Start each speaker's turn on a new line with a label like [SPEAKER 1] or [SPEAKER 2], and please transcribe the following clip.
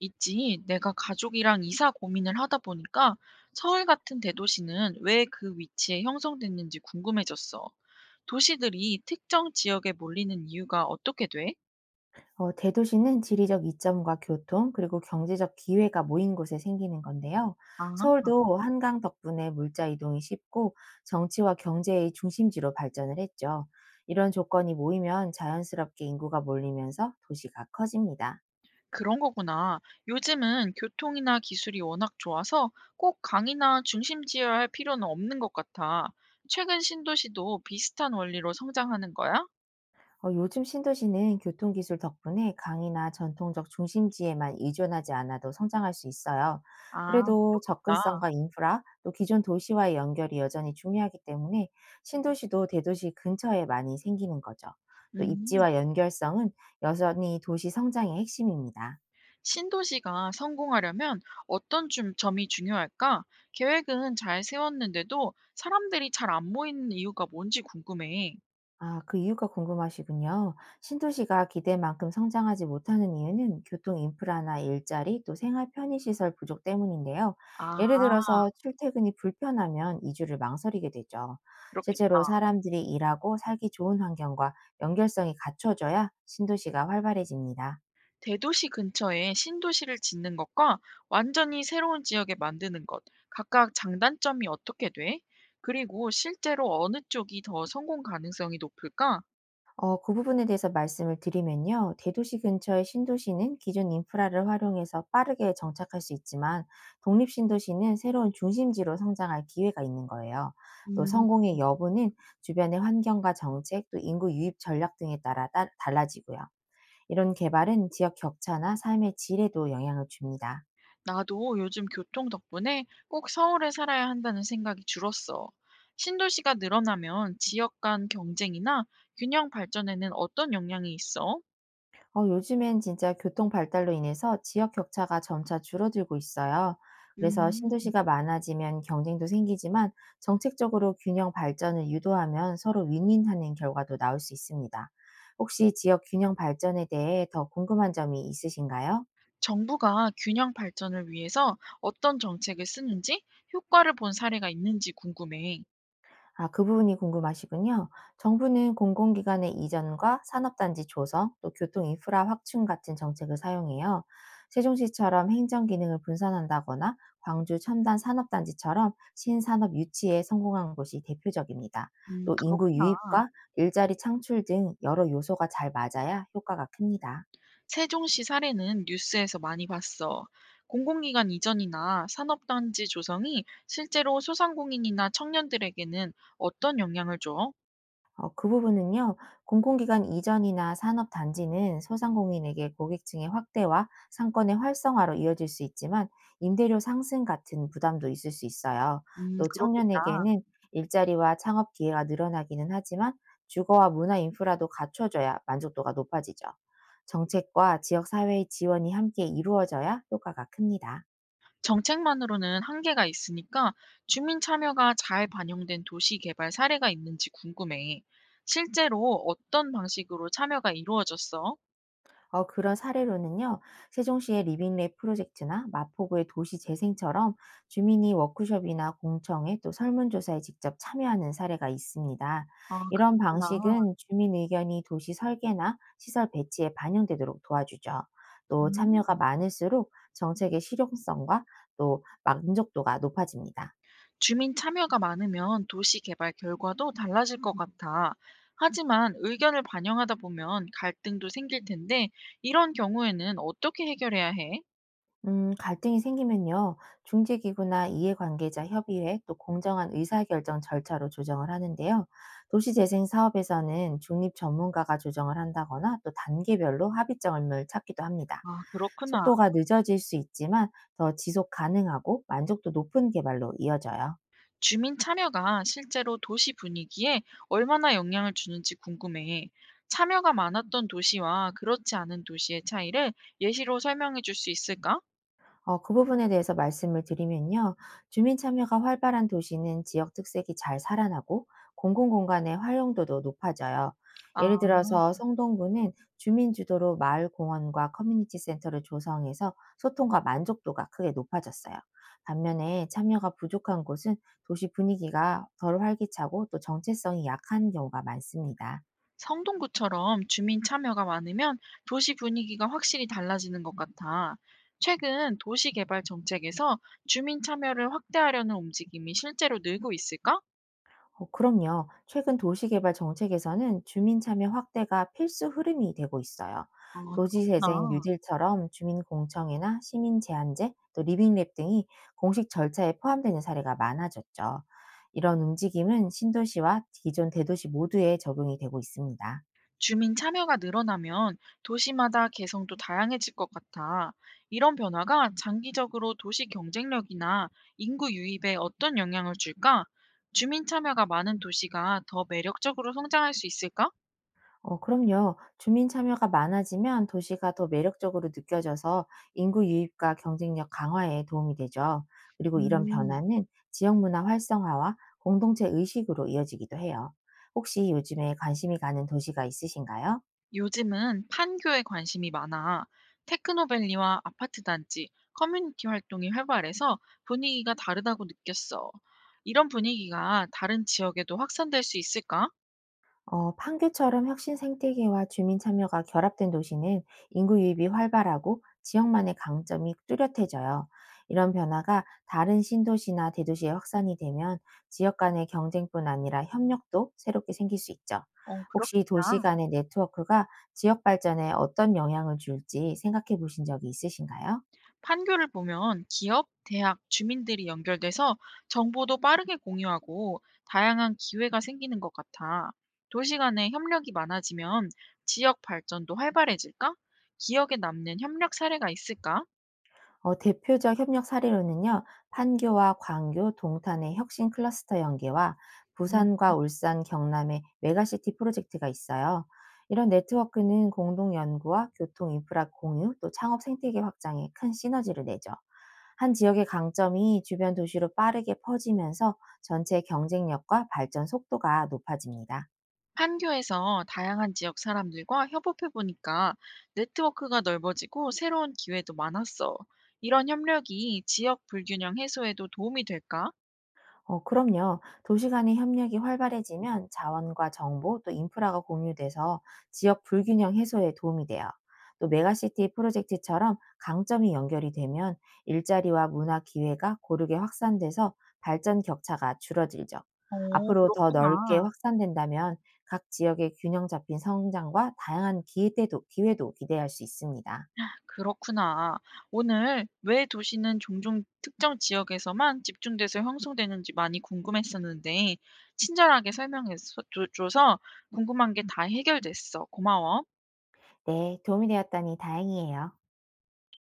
[SPEAKER 1] 있지. 내가 가족이랑 이사 고민을 하다 보니까 서울 같은 대도시는 왜 그 위치에 형성됐는지 궁금해졌어. 도시들이 특정 지역에 몰리는 이유가 어떻게 돼?
[SPEAKER 2] 대도시는 지리적 이점과 교통, 그리고 경제적 기회가 모인 곳에 생기는 건데요.
[SPEAKER 1] 아,
[SPEAKER 2] 서울도 한강 덕분에 물자 이동이 쉽고 정치와 경제의 중심지로 발전을 했죠. 이런 조건이 모이면 자연스럽게 인구가 몰리면서 도시가 커집니다.
[SPEAKER 1] 그런 거구나. 요즘은 교통이나 기술이 워낙 좋아서 꼭 강이나 중심지여야 할 필요는 없는 것 같아. 최근 신도시도 비슷한 원리로 성장하는 거야?
[SPEAKER 2] 요즘 신도시는 교통기술 덕분에 강이나 전통적 중심지에만 의존하지 않아도 성장할 수 있어요.
[SPEAKER 1] 아,
[SPEAKER 2] 그래도
[SPEAKER 1] 나.
[SPEAKER 2] 접근성과 인프라, 또 기존 도시와의 연결이 여전히 중요하기 때문에 신도시도 대도시 근처에 많이 생기는 거죠. 또
[SPEAKER 1] 음.
[SPEAKER 2] 입지와 연결성은 여전히 도시 성장의 핵심입니다.
[SPEAKER 1] 신도시가 성공하려면 어떤 점이 중요할까? 계획은 잘 세웠는데도 사람들이 잘 안 모이는 이유가 뭔지 궁금해.
[SPEAKER 2] 아, 그 이유가 궁금하시군요. 신도시가 기대만큼 성장하지 못하는 이유는 교통 인프라나 일자리 또 생활 편의시설 부족 때문인데요.
[SPEAKER 1] 아,
[SPEAKER 2] 예를 들어서 출퇴근이 불편하면 이주를 망설이게 되죠. 실제로
[SPEAKER 1] 그렇겠다.
[SPEAKER 2] 사람들이 일하고 살기 좋은 환경과 연결성이 갖춰져야 신도시가 활발해집니다.
[SPEAKER 1] 대도시 근처에 신도시를 짓는 것과 완전히 새로운 지역에 만드는 것, 각각 장단점이 어떻게 돼? 그리고 실제로 어느 쪽이 더 성공 가능성이 높을까?
[SPEAKER 2] 그 부분에 대해서 말씀을 드리면요. 대도시 근처의 신도시는 기존 인프라를 활용해서 빠르게 정착할 수 있지만 독립 신도시는 새로운 중심지로 성장할 기회가 있는 거예요. 또
[SPEAKER 1] 음.
[SPEAKER 2] 성공의 여부는 주변의 환경과 정책, 또 인구 유입 전략 등에 따라 따 달라지고요. 이런 개발은 지역 격차나 삶의 질에도 영향을 줍니다.
[SPEAKER 1] 나도 요즘 교통 덕분에 꼭 서울에 살아야 한다는 생각이 줄었어. 신도시가 늘어나면 지역 간 경쟁이나 균형 발전에는 어떤 영향이 있어?
[SPEAKER 2] 요즘엔 진짜 교통 발달로 인해서 지역 격차가 점차 줄어들고 있어요. 그래서
[SPEAKER 1] 음,
[SPEAKER 2] 신도시가 많아지면 경쟁도 생기지만 정책적으로 균형 발전을 유도하면 서로 윈윈하는 결과도 나올 수 있습니다. 혹시 지역 균형 발전에 대해 더 궁금한 점이 있으신가요?
[SPEAKER 1] 정부가 균형 발전을 위해서 어떤 정책을 쓰는지 효과를 본 사례가 있는지 궁금해.
[SPEAKER 2] 아, 그 부분이 궁금하시군요. 정부는 공공기관의 이전과 산업단지 조성, 또 교통 인프라 확충 같은 정책을 사용해요. 세종시처럼 행정 기능을 분산한다거나 광주 첨단 산업단지처럼 신산업 유치에 성공한 곳이 대표적입니다. 또 인구
[SPEAKER 1] 그렇구나.
[SPEAKER 2] 유입과 일자리 창출 등 여러 요소가 잘 맞아야 효과가 큽니다.
[SPEAKER 1] 세종시 사례는 뉴스에서 많이 봤어. 공공기관 이전이나 산업단지 조성이 실제로 소상공인이나 청년들에게는 어떤 영향을 줘?
[SPEAKER 2] 그 부분은요. 공공기관 이전이나 산업 단지는 소상공인에게 고객층의 확대와 상권의 활성화로 이어질 수 있지만 임대료 상승 같은 부담도 있을 수 있어요. 또
[SPEAKER 1] 그렇겠다.
[SPEAKER 2] 청년에게는 일자리와 창업 기회가 늘어나기는 하지만 주거와 문화 인프라도 갖춰져야 만족도가 높아지죠. 정책과 지역 사회의 지원이 함께 이루어져야 효과가 큽니다.
[SPEAKER 1] 정책만으로는 한계가 있으니까 주민 참여가 잘 반영된 도시 개발 사례가 있는지 궁금해. 실제로 어떤 방식으로 참여가 이루어졌어?
[SPEAKER 2] 그런 사례로는요. 세종시의 리빙랩 프로젝트나 마포구의 도시재생처럼 주민이 워크숍이나 공청회 또 설문조사에 직접 참여하는 사례가 있습니다.
[SPEAKER 1] 아,
[SPEAKER 2] 이런
[SPEAKER 1] 그렇구나.
[SPEAKER 2] 방식은 주민 의견이 도시 설계나 시설 배치에 반영되도록 도와주죠. 또 참여가
[SPEAKER 1] 음.
[SPEAKER 2] 많을수록 정책의 실용성과 또 만족도가 높아집니다.
[SPEAKER 1] 주민 참여가 많으면 도시 개발 결과도 달라질 것 같아. 하지만 의견을 반영하다 보면 갈등도 생길 텐데, 이런 경우에는 어떻게 해결해야 해?
[SPEAKER 2] 갈등이 생기면요, 중재기구나 이해관계자 협의회 또 공정한 의사결정 절차로 조정을 하는데요. 도시재생 사업에서는 중립 전문가가 조정을 한다거나 또 단계별로 합의점을 찾기도 합니다.
[SPEAKER 1] 아, 그렇구나.
[SPEAKER 2] 속도가 늦어질 수 있지만 더 지속 가능하고 만족도 높은 개발로 이어져요.
[SPEAKER 1] 주민 참여가 실제로 도시 분위기에 얼마나 영향을 주는지 궁금해. 참여가 많았던 도시와 그렇지 않은 도시의 차이를 예시로 설명해 줄 수 있을까?
[SPEAKER 2] 그 부분에 대해서 말씀을 드리면요. 주민 참여가 활발한 도시는 지역 특색이 잘 살아나고 공공공간의 활용도도 높아져요.
[SPEAKER 1] 아,
[SPEAKER 2] 예를 들어서 성동구는 주민 주도로 마을 공원과 커뮤니티 센터를 조성해서 소통과 만족도가 크게 높아졌어요. 반면에 참여가 부족한 곳은 도시 분위기가 덜 활기차고 또 정체성이 약한 경우가 많습니다.
[SPEAKER 1] 성동구처럼 주민 참여가 많으면 도시 분위기가 확실히 달라지는 것 같아. 최근 도시 개발 정책에서 주민 참여를 확대하려는 움직임이 실제로 늘고 있을까?
[SPEAKER 2] 그럼요. 최근 도시개발 정책에서는 주민 참여 확대가 필수 흐름이 되고 있어요.
[SPEAKER 1] 아,
[SPEAKER 2] 도시재생
[SPEAKER 1] 그렇구나.
[SPEAKER 2] 뉴딜처럼 주민공청회나 시민제한제, 또 리빙랩 등이 공식 절차에 포함되는 사례가 많아졌죠. 이런 움직임은 신도시와 기존 대도시 모두에 적용이 되고 있습니다.
[SPEAKER 1] 주민 참여가 늘어나면 도시마다 개성도 다양해질 것 같아. 이런 변화가 장기적으로 도시 경쟁력이나 인구 유입에 어떤 영향을 줄까? 주민 참여가 많은 도시가 더 매력적으로 성장할 수 있을까?
[SPEAKER 2] 그럼요. 주민 참여가 많아지면 도시가 더 매력적으로 느껴져서 인구 유입과 경쟁력 강화에 도움이 되죠. 그리고 이런
[SPEAKER 1] 음,
[SPEAKER 2] 변화는 지역 문화 활성화와 공동체 의식으로 이어지기도 해요. 혹시 요즘에 관심이 가는 도시가 있으신가요?
[SPEAKER 1] 요즘은 판교에 관심이 많아. 테크노밸리와 아파트 단지, 커뮤니티 활동이 활발해서 분위기가 다르다고 느꼈어. 이런 분위기가 다른 지역에도 확산될 수 있을까?
[SPEAKER 2] 판교처럼 혁신 생태계와 주민 참여가 결합된 도시는 인구 유입이 활발하고 지역만의 강점이 뚜렷해져요. 이런 변화가 다른 신도시나 대도시에 확산이 되면 지역 간의 경쟁뿐 아니라 협력도 새롭게 생길 수 있죠.
[SPEAKER 1] 어,
[SPEAKER 2] 혹시 도시
[SPEAKER 1] 그렇겠다.
[SPEAKER 2] 간의 네트워크가 지역 발전에 어떤 영향을 줄지 생각해 보신 적이 있으신가요?
[SPEAKER 1] 판교를 보면 기업, 대학, 주민들이 연결돼서 정보도 빠르게 공유하고 다양한 기회가 생기는 것 같아. 도시 간의 협력이 많아지면 지역 발전도 활발해질까? 기억에 남는 협력 사례가 있을까?
[SPEAKER 2] 대표적 협력 사례로는요, 판교와 광교, 동탄의 혁신 클러스터 연계와
[SPEAKER 1] 음,
[SPEAKER 2] 부산과 울산, 경남의 메가시티 프로젝트가 있어요. 이런 네트워크는 공동 연구와 교통 인프라 공유, 또 창업 생태계 확장에 큰 시너지를 내죠. 한 지역의 강점이 주변 도시로 빠르게 퍼지면서 전체 경쟁력과 발전 속도가 높아집니다.
[SPEAKER 1] 판교에서 다양한 지역 사람들과 협업해보니까 네트워크가 넓어지고 새로운 기회도 많았어. 이런 협력이 지역 불균형 해소에도 도움이 될까?
[SPEAKER 2] 그럼요. 도시 간의 협력이 활발해지면 자원과 정보 또 인프라가 공유돼서 지역 불균형 해소에 도움이 돼요. 또 메가시티 프로젝트처럼 강점이 연결이 되면 일자리와 문화 기회가 고르게 확산돼서 발전 격차가 줄어들죠.
[SPEAKER 1] 어,
[SPEAKER 2] 앞으로 더 넓게
[SPEAKER 1] 그렇구나.
[SPEAKER 2] 확산된다면 각 지역의 균형 잡힌 성장과 다양한 기회도 기대할 수 있습니다.
[SPEAKER 1] 그렇구나. 오늘 왜 도시는 종종 특정 지역에서만 집중돼서 형성되는지 많이 궁금했었는데, 친절하게 설명해 줘서 궁금한 게 다 해결됐어. 고마워.
[SPEAKER 2] 네, 도움이 되었다니 다행이에요.